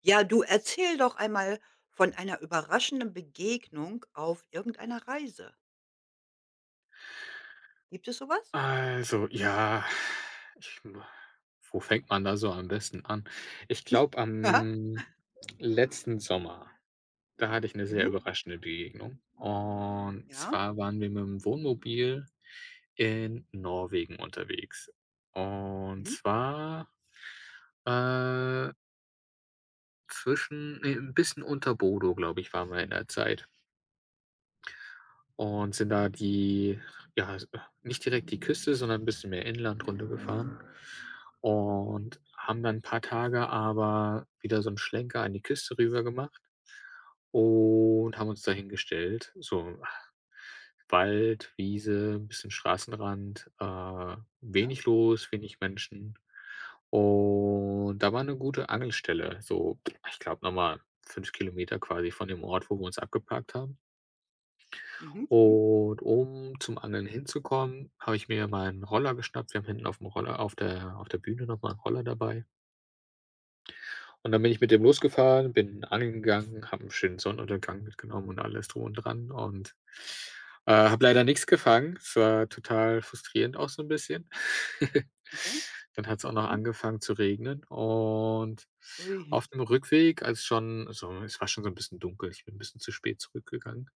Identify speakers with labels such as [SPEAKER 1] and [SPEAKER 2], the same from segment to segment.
[SPEAKER 1] Ja, du erzähl doch einmal von einer überraschenden Begegnung auf irgendeiner Reise. Gibt es so was?
[SPEAKER 2] Also, ja, ich wo fängt man da so am besten an? Ich glaube, am letzten Sommer, da hatte ich eine sehr
[SPEAKER 1] Mhm.
[SPEAKER 2] überraschende Begegnung. Und
[SPEAKER 1] Ja.
[SPEAKER 2] zwar waren wir mit dem Wohnmobil in Norwegen unterwegs. Und
[SPEAKER 1] Mhm.
[SPEAKER 2] zwar, äh, zwischen ne, 'n bisschen unter Bodo, glaube ich, waren wir in der Zeit. Und sind da die ja, s nicht direkt die Küste, sondern ein bisschen mehr Inland runtergefahren und haben dann ein paar Tage aber wieder so 'n Schlenker an die Küste rüber gemacht und haben uns da hingestellt. So Wald, Wiese, 'n bisschen Straßenrand,
[SPEAKER 1] Ja.
[SPEAKER 2] wenig los, wenig Menschen. Und da war eine gute Angelstelle, so, ich glaube, noch mal 5 km quasi von dem Ort, wo wir uns abgeparkt haben.
[SPEAKER 1] Mhm. Mhm.
[SPEAKER 2] Und um zum Angeln hinzukommen, habe ich mir meinen Roller geschnappt. Wir haben hinten auf dem Roller auf der Bühne nochmal einen Roller dabei. Und dann bin ich mit dem losgefahren, bin angeln gegangen, habe 'n schönen Sonnenuntergang mitgenommen und alles drum und dran und, habe leider nichts gefangen. Es war total frustrierend auch so 'n bisschen.
[SPEAKER 1] Okay.
[SPEAKER 2] Dann hat's auch noch
[SPEAKER 1] Mhm.
[SPEAKER 2] angefangen zu regnen und
[SPEAKER 1] Ui.
[SPEAKER 2] auf dem Rückweg, als schon so es war schon so 'n bisschen dunkel, ich bin 'n bisschen zu spät zurückgegangen,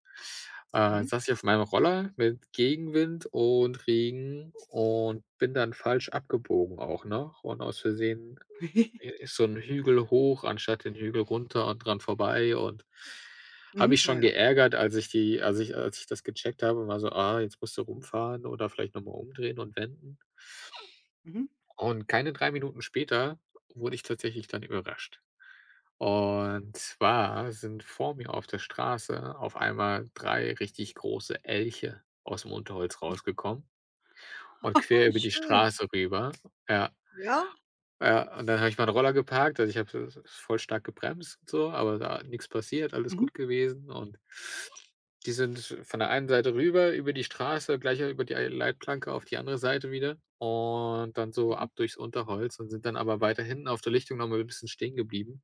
[SPEAKER 1] Mhm.
[SPEAKER 2] saß ich auf meinem Roller mit Gegenwind und Regen und bin dann falsch abgebogen auch noch und aus Versehen I ist so 'n Hügel hoch anstatt den Hügel runter und dran vorbei und habe
[SPEAKER 1] Mhm.
[SPEAKER 2] mich
[SPEAKER 1] Ja,
[SPEAKER 2] schon
[SPEAKER 1] ja.
[SPEAKER 2] geärgert, als ich die als ich das gecheckt habe war so: „Ah, jetzt musst du rumfahren oder vielleicht noch mal umdrehen und wenden."
[SPEAKER 1] Mhm.
[SPEAKER 2] Und keine 3 Minuten später wurde ich tatsächlich dann überrascht. Und zwar sind vor mir auf der Straße auf einmal 3 richtig große Elche aus'm Unterholz rausgekommen und quer über die
[SPEAKER 1] Schön.
[SPEAKER 2] Straße rüber. Ja.
[SPEAKER 1] Ja.
[SPEAKER 2] Ja, und dann habe ich meinen Roller geparkt. Also, ich habe voll stark gebremst und so, aber da nix passiert, alles
[SPEAKER 1] Mhm.
[SPEAKER 2] gut gewesen. Und die sind von der einen Seite rüber über die Straße, gleich über die Leitplanke auf die andere Seite wieder und dann so
[SPEAKER 1] Mhm.
[SPEAKER 2] ab durchs Unterholz und sind dann aber weiter hinten auf der Lichtung noch mal 'n bisschen stehen geblieben.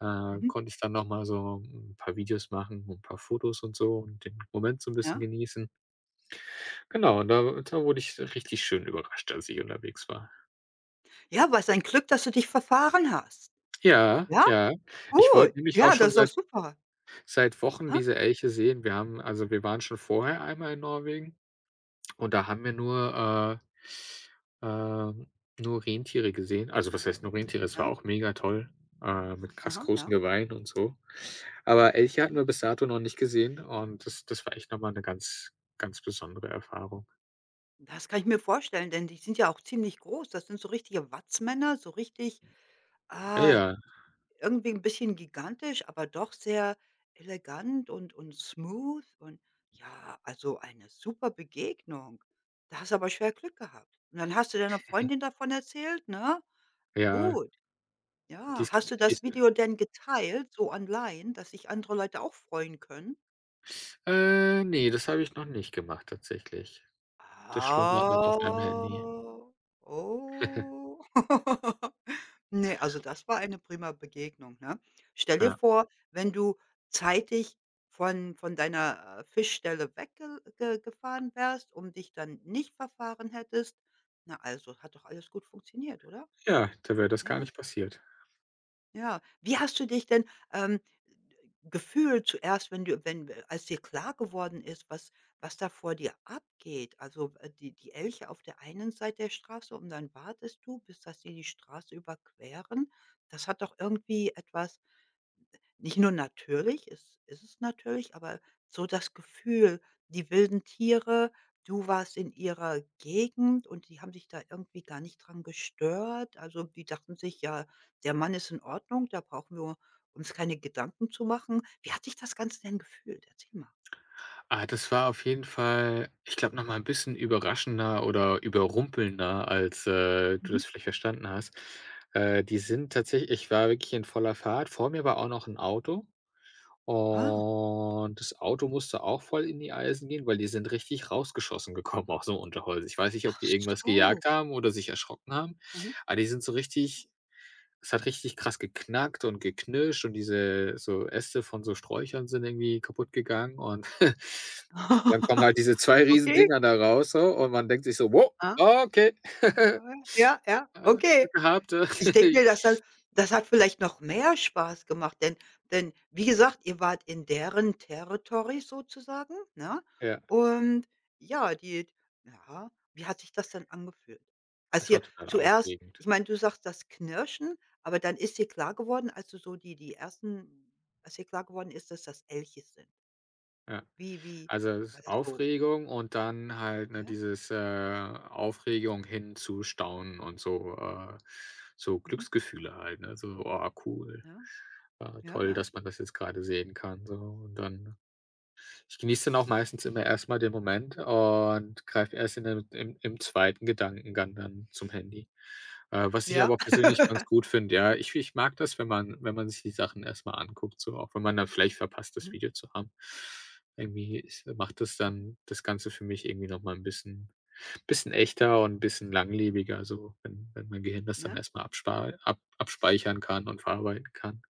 [SPEAKER 2] Da
[SPEAKER 1] Mhm.
[SPEAKER 2] konnte ich dann noch mal so ein paar Videos machen und 'n paar Fotos und so und den Moment so ein bisschen
[SPEAKER 1] Ja.
[SPEAKER 2] genießen. Genau, und da wurde ich richtig schön überrascht, als ich unterwegs war.
[SPEAKER 1] Ja, was ein Glück, dass du dich verfahren hast.
[SPEAKER 2] Ja,
[SPEAKER 1] Ja,
[SPEAKER 2] ja. Ich wollte
[SPEAKER 1] gut.
[SPEAKER 2] nämlich auch
[SPEAKER 1] Ja, das
[SPEAKER 2] schon
[SPEAKER 1] ist doch
[SPEAKER 2] seit
[SPEAKER 1] super.
[SPEAKER 2] seit Wochen
[SPEAKER 1] Ha?
[SPEAKER 2] diese Elche sehen. Wir haben also, wir waren schon vorher einmal in Norwegen und da haben wir nur, äh, ähm, nur Rentiere gesehen. Also, was heißt nur Rentiere? Es war
[SPEAKER 1] Ja.
[SPEAKER 2] auch mega toll, mit krass
[SPEAKER 1] Aha,
[SPEAKER 2] großen
[SPEAKER 1] ja.
[SPEAKER 2] Geweihen und so. Aber Elche hatten
[SPEAKER 1] Mhm.
[SPEAKER 2] wir bis dato noch nicht gesehen und das war echt noch mal 'ne ganz, ganz besondere Erfahrung.
[SPEAKER 1] Das kann ich mir vorstellen, denn die sind ja auch ziemlich groß. Das sind so richtige Watzmänner, so richtig,
[SPEAKER 2] Ah,
[SPEAKER 1] ah,
[SPEAKER 2] ja,
[SPEAKER 1] irgendwie ein bisschen gigantisch, aber doch sehr elegant und smooth und ja, also, eine super Begegnung. Da hast du aber schwer Glück gehabt. Und dann hast du deiner Freundin davon erzählt, ne?
[SPEAKER 2] ja,
[SPEAKER 1] Gut, ja.
[SPEAKER 2] dies
[SPEAKER 1] Hast du
[SPEAKER 2] dies
[SPEAKER 1] das Video denn geteilt, so online, dass sich andere Leute auch freuen können?
[SPEAKER 2] ne, das habe ich noch nicht gemacht tatsächlich. Das schlummert noch auf meinem
[SPEAKER 1] Ah,
[SPEAKER 2] Handy.
[SPEAKER 1] oh. Ne, also das war eine prima Begegnung, ne? Stell dir
[SPEAKER 2] Ja.
[SPEAKER 1] vor, wenn du zeitig von deiner, Fischstelle weggefahren wärst und dich dann nicht verfahren hättest. Na also, hat doch alles gut funktioniert, oder?
[SPEAKER 2] Ja, da wäre das gar
[SPEAKER 1] Ja.
[SPEAKER 2] nicht passiert.
[SPEAKER 1] Ja. Wie hast du dich denn, ähm, gefühlt zuerst, wenn du wenn als dir klar geworden ist, was da vor dir abgeht? Also, die Elche auf der einen Seite der Straße und dann wartest du, bis dass sie die Straße überqueren. Das hat doch irgendwie etwas nicht nur natürlich, es ist es natürlich, aber so das Gefühl, die wilden Tiere, du warst in ihrer Gegend und die haben sich da irgendwie gar nicht dran gestört. Also, die dachten sich: „Ja, der Mann ist in Ordnung, da brauchen wir uns keine Gedanken zu machen.“ Wie hat sich das Ganze denn gefühlt? Erzähl mal.
[SPEAKER 2] Ah, das war auf jeden Fall, ich glaube, noch mal 'n bisschen überraschender oder überrumpelnder, als, du
[SPEAKER 1] Mhm.
[SPEAKER 2] das vielleicht verstanden hast. Die sind tatsächlich ich war wirklich in voller Fahrt. Vor mir war auch noch ein Auto
[SPEAKER 1] Ah,
[SPEAKER 2] und das Auto musste auch voll in die Eisen gehen, weil die sind richtig rausgeschossen gekommen aus dem Unterholz. Ich weiß nicht, ob
[SPEAKER 1] ach
[SPEAKER 2] die irgendwas
[SPEAKER 1] so.
[SPEAKER 2] gejagt haben oder sich erschrocken haben,
[SPEAKER 1] Mhm.
[SPEAKER 2] aber die sind so richtig es hat richtig krass geknackt und geknirscht und diese so Äste von so Sträuchern sind irgendwie kaputt gegangen und dann kommen halt diese zwei
[SPEAKER 1] Okay.
[SPEAKER 2] Riesendinger da raus so und man denkt sich so: „Wow,
[SPEAKER 1] Ah,
[SPEAKER 2] okay,
[SPEAKER 1] ah, ja, ja,
[SPEAKER 2] ah,
[SPEAKER 1] okay.
[SPEAKER 2] Glück gehabt."
[SPEAKER 1] Ich denke mir, das hat das hat vielleicht noch mehr Spaß gemacht, denn denn wie gesagt, ihr wart in deren Territory sozusagen, ne?
[SPEAKER 2] Ja,
[SPEAKER 1] Und ja, die ja, wie hat sich das denn angefühlt? Als
[SPEAKER 2] es war
[SPEAKER 1] ihr
[SPEAKER 2] total
[SPEAKER 1] zuerst
[SPEAKER 2] aufregend,
[SPEAKER 1] ich meine, du sagst das Knirschen, aber dann ist dir klar geworden, als du so die die ersten als dir klar geworden ist, dass das Elche sind.
[SPEAKER 2] ja.
[SPEAKER 1] Wie wie
[SPEAKER 2] Also,
[SPEAKER 1] war
[SPEAKER 2] es
[SPEAKER 1] das so?
[SPEAKER 2] Aufregung und dann halt, ne,
[SPEAKER 1] Ja,
[SPEAKER 2] dieses, Aufregung hin zu Staunen und so, so
[SPEAKER 1] mhm,
[SPEAKER 2] Glücksgefühle halt, ne? So: „Oh, cool.
[SPEAKER 1] ja,
[SPEAKER 2] Ah,
[SPEAKER 1] ja,
[SPEAKER 2] toll,
[SPEAKER 1] ja,
[SPEAKER 2] dass man das jetzt gerade sehen kann", so. Und dann ich genieße dann auch meistens immer erstmal den Moment und greife erst in dem im im zweiten. Gedankengang dann zum Handy. Was ich
[SPEAKER 1] ja.
[SPEAKER 2] aber persönlich ganz gut finde, ja. Ich mag das, wenn man sich die Sachen erstmal anguckt, so, auch wenn man dann vielleicht verpasst, das
[SPEAKER 1] Mhm,
[SPEAKER 2] Video zu haben. Irgendwie ist macht das
[SPEAKER 1] mhm,
[SPEAKER 2] dann das Ganze für mich irgendwie noch mal 'n bisschen echter und 'n bisschen langlebiger, so, wenn mein Gehirn das dann
[SPEAKER 1] ja.
[SPEAKER 2] erstmal abspar ab abspeichern kann und verarbeiten kann.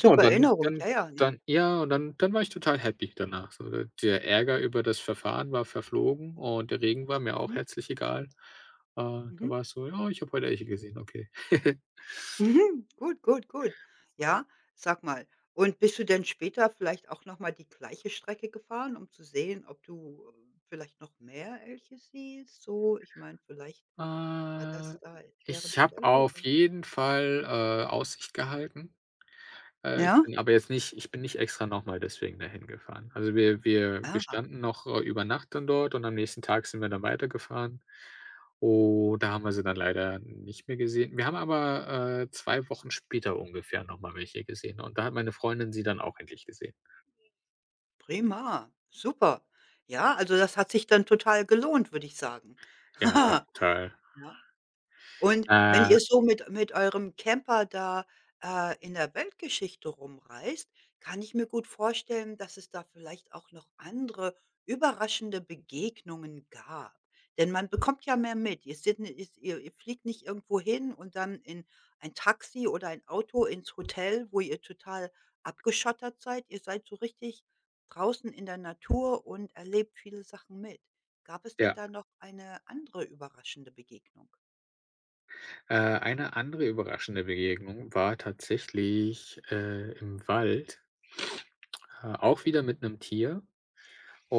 [SPEAKER 2] Ja, und dann
[SPEAKER 1] Erinnerung,
[SPEAKER 2] dann
[SPEAKER 1] ja, ja, ne?
[SPEAKER 2] dann ja, und dann dann war ich total happy danach. So, der Ärger über das Verfahren war verflogen und der Regen war mir auch
[SPEAKER 1] Mhm,
[SPEAKER 2] herzlich egal. Da
[SPEAKER 1] mhm.
[SPEAKER 2] war es so: „Ja, ich habe heute Elche gesehen, okay."
[SPEAKER 1] Mhm, gut, gut, gut. Ja, sag mal, und bist du denn später vielleicht auch noch mal die gleiche Strecke gefahren, um zu sehen, ob du, vielleicht noch mehr Elche siehst? So, ich meine, vielleicht war
[SPEAKER 2] Äh,
[SPEAKER 1] das da deren
[SPEAKER 2] ich habe
[SPEAKER 1] Stelle
[SPEAKER 2] auf
[SPEAKER 1] oder
[SPEAKER 2] jeden Fall, Aussicht gehalten. Äh, ich
[SPEAKER 1] ja?
[SPEAKER 2] bin aber jetzt nicht ich bin nicht extra nochmal deswegen dahin gefahren. Also, wir
[SPEAKER 1] Ja.
[SPEAKER 2] standen noch, über Nacht dann dort und am nächsten Tag sind wir dann weitergefahren. Oh, da haben wir sie dann leider nicht mehr gesehen. Wir haben aber, 2 Wochen später ungefähr nochmal welche gesehen und da hat meine Freundin sie dann auch endlich gesehen.
[SPEAKER 1] Prima, super. Ja, also das hat sich dann total gelohnt, würde ich sagen.
[SPEAKER 2] Ja, total.
[SPEAKER 1] Ja. Und wenn
[SPEAKER 2] Äh,
[SPEAKER 1] ihr so mit eurem Camper da, in der Weltgeschichte rumreist, kann ich mir gut vorstellen, dass es da vielleicht auch noch andere überraschende Begegnungen gab. Denn man bekommt ja mehr mit. Ihr seid ni ist ihr ihr fliegt nicht irgendwo hin und dann in ein Taxi oder ein Auto ins Hotel, wo ihr total abgeschottert seid. Ihr seid so richtig draußen in der Natur und erlebt viele Sachen mit. Gab es denn
[SPEAKER 2] ja.
[SPEAKER 1] da noch eine andere überraschende Begegnung?
[SPEAKER 2] Eine andere überraschende Begegnung war tatsächlich, im Wald, auch wieder mit 'nem Tier.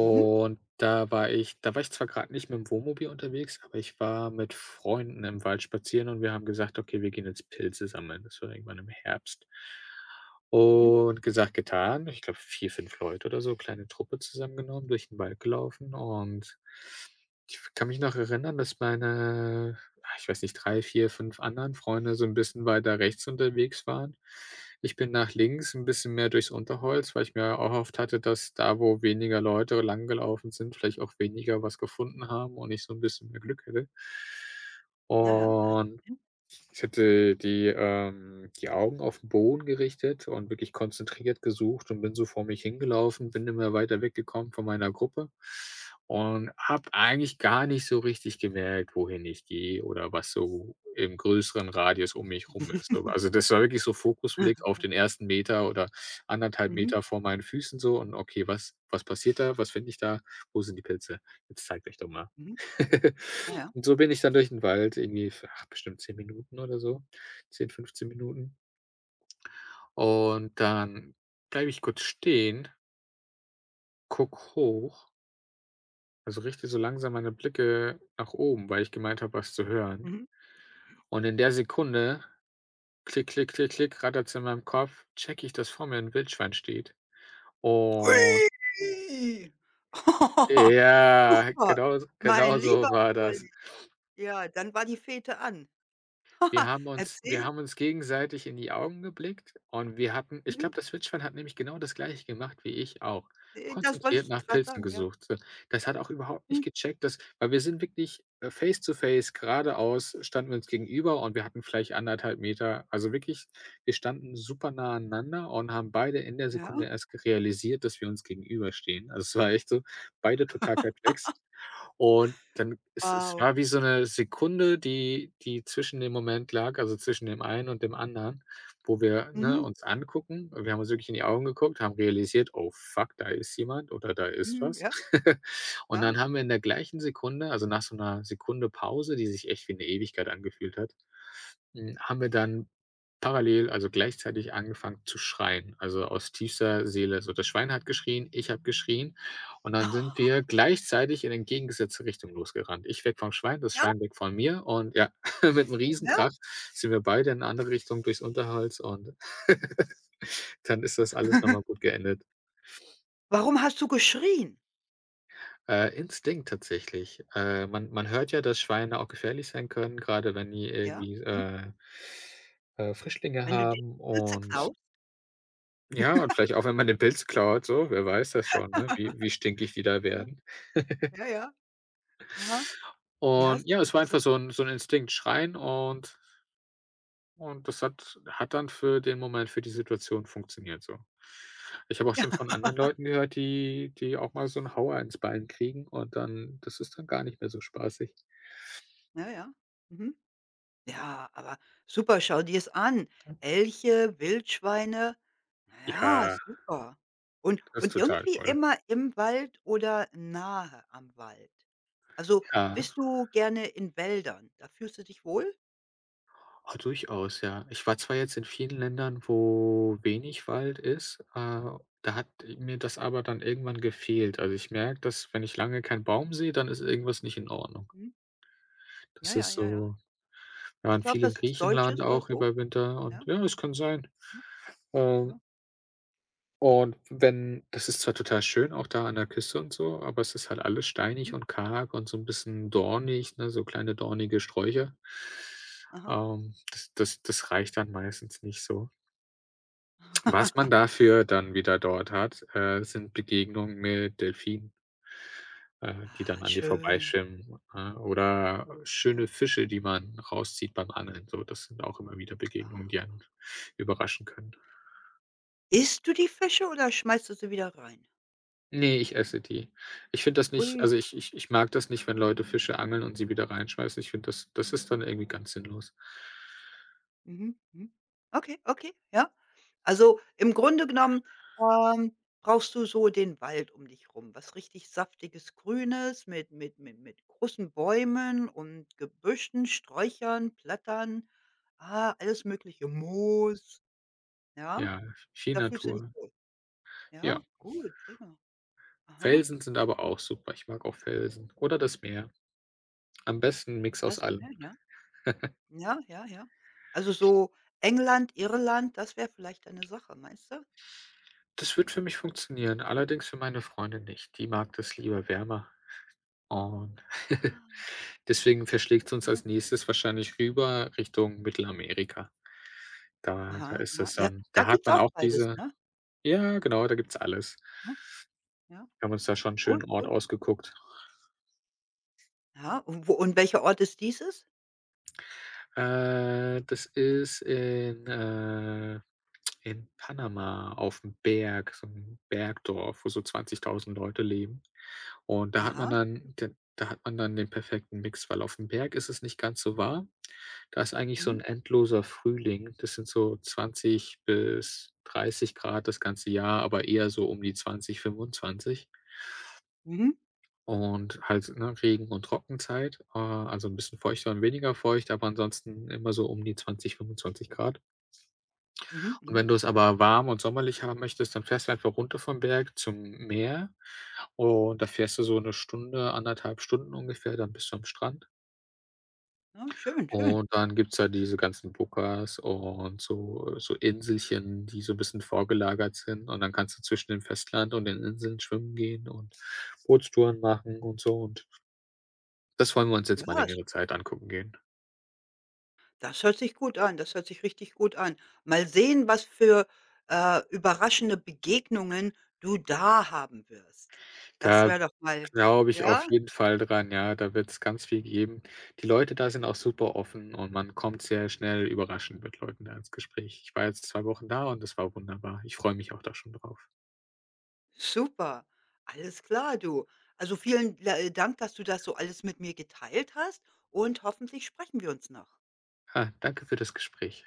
[SPEAKER 1] Mhm.
[SPEAKER 2] da war ich zwar gerade nicht mit dem Wohnmobil unterwegs, aber ich war mit Freunden im Wald spazieren und wir haben gesagt: „Okay, wir gehen jetzt Pilze sammeln." Das war irgendwann im Herbst.
[SPEAKER 1] Mhm.
[SPEAKER 2] Und gesagt, getan. Ich glaube 4 5 Leute oder so, kleine Truppe zusammengenommen, durch den Wald gelaufen und ich kann mich noch erinnern, dass meine, ich weiß nicht, 3 4 5 anderen Freunde so 'n bisschen weiter rechts unterwegs waren. Ich bin nach links 'n bisschen mehr durchs Unterholz, weil ich mir erhofft hatte, dass da, wo weniger Leute langgelaufen sind, vielleicht auch weniger was gefunden haben und ich so 'n bisschen mehr Glück hätte.
[SPEAKER 1] Ja, ja,
[SPEAKER 2] Und
[SPEAKER 1] gibt's hin.
[SPEAKER 2] ich hatte die, die Augen auf den Boden gerichtet und wirklich konzentriert gesucht und bin so vor mich hingelaufen, bin immer weiter weggekommen von meiner Gruppe und habe eigentlich gar nicht so richtig gemerkt, wohin ich gehe oder was so im größeren Radius um mich rum ist. Aber also, das war wirklich so Fokusblick auf den ersten Meter oder anderthalb
[SPEAKER 1] Mhm,
[SPEAKER 2] Meter vor meinen Füßen so und: „Okay, was passiert da? Was finde ich da? Wo sind die Pilze? Jetzt zeigt euch doch mal."
[SPEAKER 1] mhm, ja, ja.
[SPEAKER 2] Und so bin ich dann durch den Wald irgendwie für, ach, bestimmt 10 Minuten oder so, 10, 15 Minuten. Und dann bleibe ich kurz stehen, guck hoch, also richte so langsam meine Blicke nach oben, weil ich gemeint habe, was zu hören.
[SPEAKER 1] Mhm.
[SPEAKER 2] Und in der Sekunde, klick, klick, klick, klick, rattert's in meinem Kopf, checke ich, dass vor mir ein Wildschwein steht. Und
[SPEAKER 1] Ui!
[SPEAKER 2] ja,
[SPEAKER 1] Super, mein
[SPEAKER 2] genau so
[SPEAKER 1] lieber
[SPEAKER 2] war das.
[SPEAKER 1] Scholli. Ja, dann war die Fete an.
[SPEAKER 2] Wir
[SPEAKER 1] Erzähl.
[SPEAKER 2] haben uns gegenseitig in die Augen geblickt und wir hatten ich
[SPEAKER 1] Mhm.
[SPEAKER 2] glaube, das Wildschwein hat nämlich genau das Gleiche gemacht wie ich auch,
[SPEAKER 1] Das wollte
[SPEAKER 2] konzentriert
[SPEAKER 1] ich
[SPEAKER 2] nach
[SPEAKER 1] gerade
[SPEAKER 2] Pilzen
[SPEAKER 1] sagen, ja.
[SPEAKER 2] gesucht. So, das hat auch überhaupt
[SPEAKER 1] Mhm.
[SPEAKER 2] nicht gecheckt, dass weil wir sind wirklich, face to face, geradeaus standen wir uns gegenüber und wir hatten vielleicht anderthalb Meter, also wirklich, wir standen super nah aneinander und haben beide in der
[SPEAKER 1] Ja.
[SPEAKER 2] Sekunde erst realisiert, dass wir uns gegenüberstehen. Also, es war echt so, beide total perplex. Und dann es
[SPEAKER 1] Wow.
[SPEAKER 2] war wie so eine Sekunde, die zwischen dem Moment lag, also zwischen dem einen und dem anderen, wo wir, ne,
[SPEAKER 1] Mhm,
[SPEAKER 2] uns angucken. Wir haben uns wirklich in die Augen geguckt, haben realisiert: „Oh fuck, da ist jemand oder da ist
[SPEAKER 1] mhm,
[SPEAKER 2] was."
[SPEAKER 1] ja,
[SPEAKER 2] Und
[SPEAKER 1] ja.
[SPEAKER 2] dann haben wir in der gleichen Sekunde, also nach so einer Sekunde Pause, die sich echt wie eine Ewigkeit angefühlt hat, haben wir dann parallel, also gleichzeitig angefangen zu schreien, also aus tiefster Seele. So, das Schwein hat geschrien, ich habe geschrien und dann sind wir gleichzeitig in entgegengesetzte Richtung losgerannt. Ich weg vom Schwein, das
[SPEAKER 1] Ja,
[SPEAKER 2] Schwein weg von mir und ja, mit einem
[SPEAKER 1] im
[SPEAKER 2] Riesenkrach
[SPEAKER 1] Ernst?
[SPEAKER 2] sind wir beide in 'ne andere Richtung durchs Unterholz und dann ist das alles nochmal gut geendet.
[SPEAKER 1] Warum hast du geschrien?
[SPEAKER 2] Instinkt tatsächlich. Man hört ja, dass Schweine auch gefährlich sein können, gerade wenn die
[SPEAKER 1] Ja,
[SPEAKER 2] irgendwie,
[SPEAKER 1] mhm.
[SPEAKER 2] Frischlinge
[SPEAKER 1] Wenn du denen
[SPEAKER 2] haben.
[SPEAKER 1] die Pilze
[SPEAKER 2] Und
[SPEAKER 1] klaust,
[SPEAKER 2] ja, und vielleicht auch, wenn man den Pilz klaut, so, wer weiß das schon, ne, wie stinkig die da
[SPEAKER 1] ja,
[SPEAKER 2] werden.
[SPEAKER 1] ja, ja. Aha. Ja,
[SPEAKER 2] Und ja,
[SPEAKER 1] sicher,
[SPEAKER 2] es war
[SPEAKER 1] das
[SPEAKER 2] einfach
[SPEAKER 1] ist richtig.
[SPEAKER 2] so ein Instinkt, schreien, und das hat dann für den Moment, für die Situation funktioniert so. Ich habe auch
[SPEAKER 1] Ja,
[SPEAKER 2] schon von anderen Leuten gehört, die auch mal so einen Hauer ins Bein kriegen, und dann das ist dann gar nicht mehr so spaßig.
[SPEAKER 1] ja, ja. Mhm. Ja, aber super, schau dir es an. Elche, Wildschweine. Na ja,
[SPEAKER 2] Ja,
[SPEAKER 1] super.
[SPEAKER 2] das ist
[SPEAKER 1] Und
[SPEAKER 2] total
[SPEAKER 1] irgendwie
[SPEAKER 2] toll.
[SPEAKER 1] immer im Wald oder nahe am Wald. Also,
[SPEAKER 2] Ja.
[SPEAKER 1] bist du gerne in Wäldern? Da fühlst du dich wohl?
[SPEAKER 2] Ah, durchaus, ja. Ich war zwar jetzt in vielen Ländern, wo wenig Wald ist, da hat mir das aber dann irgendwann gefehlt. Also, ich merke, dass wenn ich lange keinen Baum sehe, dann ist irgendwas nicht in Ordnung.
[SPEAKER 1] Mhm. Ja,
[SPEAKER 2] Das
[SPEAKER 1] ja,
[SPEAKER 2] ist
[SPEAKER 1] ja, ja.
[SPEAKER 2] so wir
[SPEAKER 1] Ich
[SPEAKER 2] waren
[SPEAKER 1] glaube,
[SPEAKER 2] viel in
[SPEAKER 1] das ist was
[SPEAKER 2] Griechenland
[SPEAKER 1] Deutsches oder
[SPEAKER 2] auch
[SPEAKER 1] so.
[SPEAKER 2] über Winter
[SPEAKER 1] Ja,
[SPEAKER 2] und ja, es kann sein.
[SPEAKER 1] mhm, ja,
[SPEAKER 2] Ähm, und wenn das ist zwar total schön auch da an der Küste und so, aber es ist halt alles steinig
[SPEAKER 1] mhm,
[SPEAKER 2] und karg und so ein bisschen dornig, ne, so kleine dornige Sträucher.
[SPEAKER 1] aha.
[SPEAKER 2] Das reicht dann meistens nicht so. Was man dafür dann wieder dort hat, sind Begegnungen mit Delfinen, die
[SPEAKER 1] Ah,
[SPEAKER 2] dann an dir
[SPEAKER 1] schön.
[SPEAKER 2] vorbeischwimmen, oder schöne
[SPEAKER 1] Ja.
[SPEAKER 2] Fische, die man rauszieht beim Angeln. So, das sind auch immer wieder Begegnungen, die
[SPEAKER 1] Ah.
[SPEAKER 2] einen überraschen können.
[SPEAKER 1] Isst du die Fische oder schmeißt du sie wieder rein?
[SPEAKER 2] Ne, ich esse die. Ich finde das nicht
[SPEAKER 1] Ui.
[SPEAKER 2] also, ich mag das nicht, wenn Leute Fische angeln und sie wieder reinschmeißen. Ich finde, das ist dann irgendwie ganz sinnlos.
[SPEAKER 1] Mhm, mhm. Okay, okay, ja. Also, im Grunde genommen, brauchst du so den Wald um dich rum, was richtig saftiges Grünes mit mit großen Bäumen und Gebüschen, Sträuchern, Blättern, ah, alles Mögliche, Moos, ja?
[SPEAKER 2] Ja, viel
[SPEAKER 1] Da fühlst du dich
[SPEAKER 2] Natur.
[SPEAKER 1] wohl.
[SPEAKER 2] Ja,
[SPEAKER 1] Ja, gut, prima. Aha,
[SPEAKER 2] Felsen sind aber auch super. Ich mag auch Felsen oder das Meer. Am besten 'n Mix aus
[SPEAKER 1] das
[SPEAKER 2] allem.
[SPEAKER 1] mehr, ja? Ja, ja, ja. Also, so England, Irland, das wäre vielleicht eine Sache, meinst du?
[SPEAKER 2] Das wird für mich funktionieren, allerdings für meine Freundin nicht. Die mag das lieber wärmer und deswegen verschlägt es uns
[SPEAKER 1] Ah.
[SPEAKER 2] als Nächstes wahrscheinlich rüber Richtung Mittelamerika. Da
[SPEAKER 1] Aha,
[SPEAKER 2] ist
[SPEAKER 1] aha.
[SPEAKER 2] das
[SPEAKER 1] Ja,
[SPEAKER 2] dann
[SPEAKER 1] da
[SPEAKER 2] da hat
[SPEAKER 1] gibt's
[SPEAKER 2] man
[SPEAKER 1] auch
[SPEAKER 2] auch
[SPEAKER 1] beides,
[SPEAKER 2] diese
[SPEAKER 1] ne?
[SPEAKER 2] ja, genau, da gibt's alles.
[SPEAKER 1] Mhm, ja.
[SPEAKER 2] Wir haben uns da schon 'n schönen
[SPEAKER 1] Gut,
[SPEAKER 2] Ort
[SPEAKER 1] gut.
[SPEAKER 2] ausgeguckt.
[SPEAKER 1] Ja, und wo und welcher Ort ist dieses?
[SPEAKER 2] Äh, das ist in, äh In Panama auf auf'm Berg, so 'n Bergdorf, wo so 20.000 Leute leben. Und da hat man
[SPEAKER 1] Aha.
[SPEAKER 2] dann d da hat man dann den perfekten Mix, weil auf'm Berg ist es nicht ganz so warm. Da ist eigentlich so
[SPEAKER 1] Mhm.
[SPEAKER 2] 'n endloser Frühling. Das sind so 20 bis 30 Grad das ganze Jahr, aber eher so um die 20, 25,
[SPEAKER 1] Mhm.
[SPEAKER 2] und halt, ne, Regen und Trockenzeit, also 'n bisschen feuchter und weniger feucht, aber ansonsten immer so um die 20, 25 Grad.
[SPEAKER 1] Mhm,
[SPEAKER 2] Und
[SPEAKER 1] mhm.
[SPEAKER 2] wenn du es aber warm und sommerlich haben möchtest, dann fährst du einfach runter vom Berg zum Meer und da fährst du so eine Stunde, anderthalb Stunden ungefähr, dann bist du am Strand.
[SPEAKER 1] Ja, schön, schön.
[SPEAKER 2] Und dann gibt's da diese ganzen Bukas und so so Inselchen, die so ein bisschen vorgelagert sind, und dann kannst du zwischen dem Festland und den Inseln schwimmen gehen und Bootstouren machen und so, und das wollen wir uns
[SPEAKER 1] Ja,
[SPEAKER 2] jetzt mal
[SPEAKER 1] das
[SPEAKER 2] längere Zeit angucken gehen.
[SPEAKER 1] das hört sich gut an. Das hört sich richtig gut an. Mal sehen, was für, überraschende Begegnungen du da haben wirst. Das
[SPEAKER 2] Da
[SPEAKER 1] wäre doch mal
[SPEAKER 2] glaube ich auf
[SPEAKER 1] ja,
[SPEAKER 2] jeden Fall dran, ja. Da wird es ganz viel geben. Die Leute da sind auch super offen und man kommt sehr schnell überraschend mit Leuten da ins Gespräch. Ich war jetzt 2 Wochen da und das war wunderbar. Ich freue mich auch da schon drauf.
[SPEAKER 1] super. Alles klar, du. Also, vielen la Dank, dass du das so alles mit mir geteilt hast und hoffentlich sprechen wir uns noch.
[SPEAKER 2] Ha, danke für das Gespräch.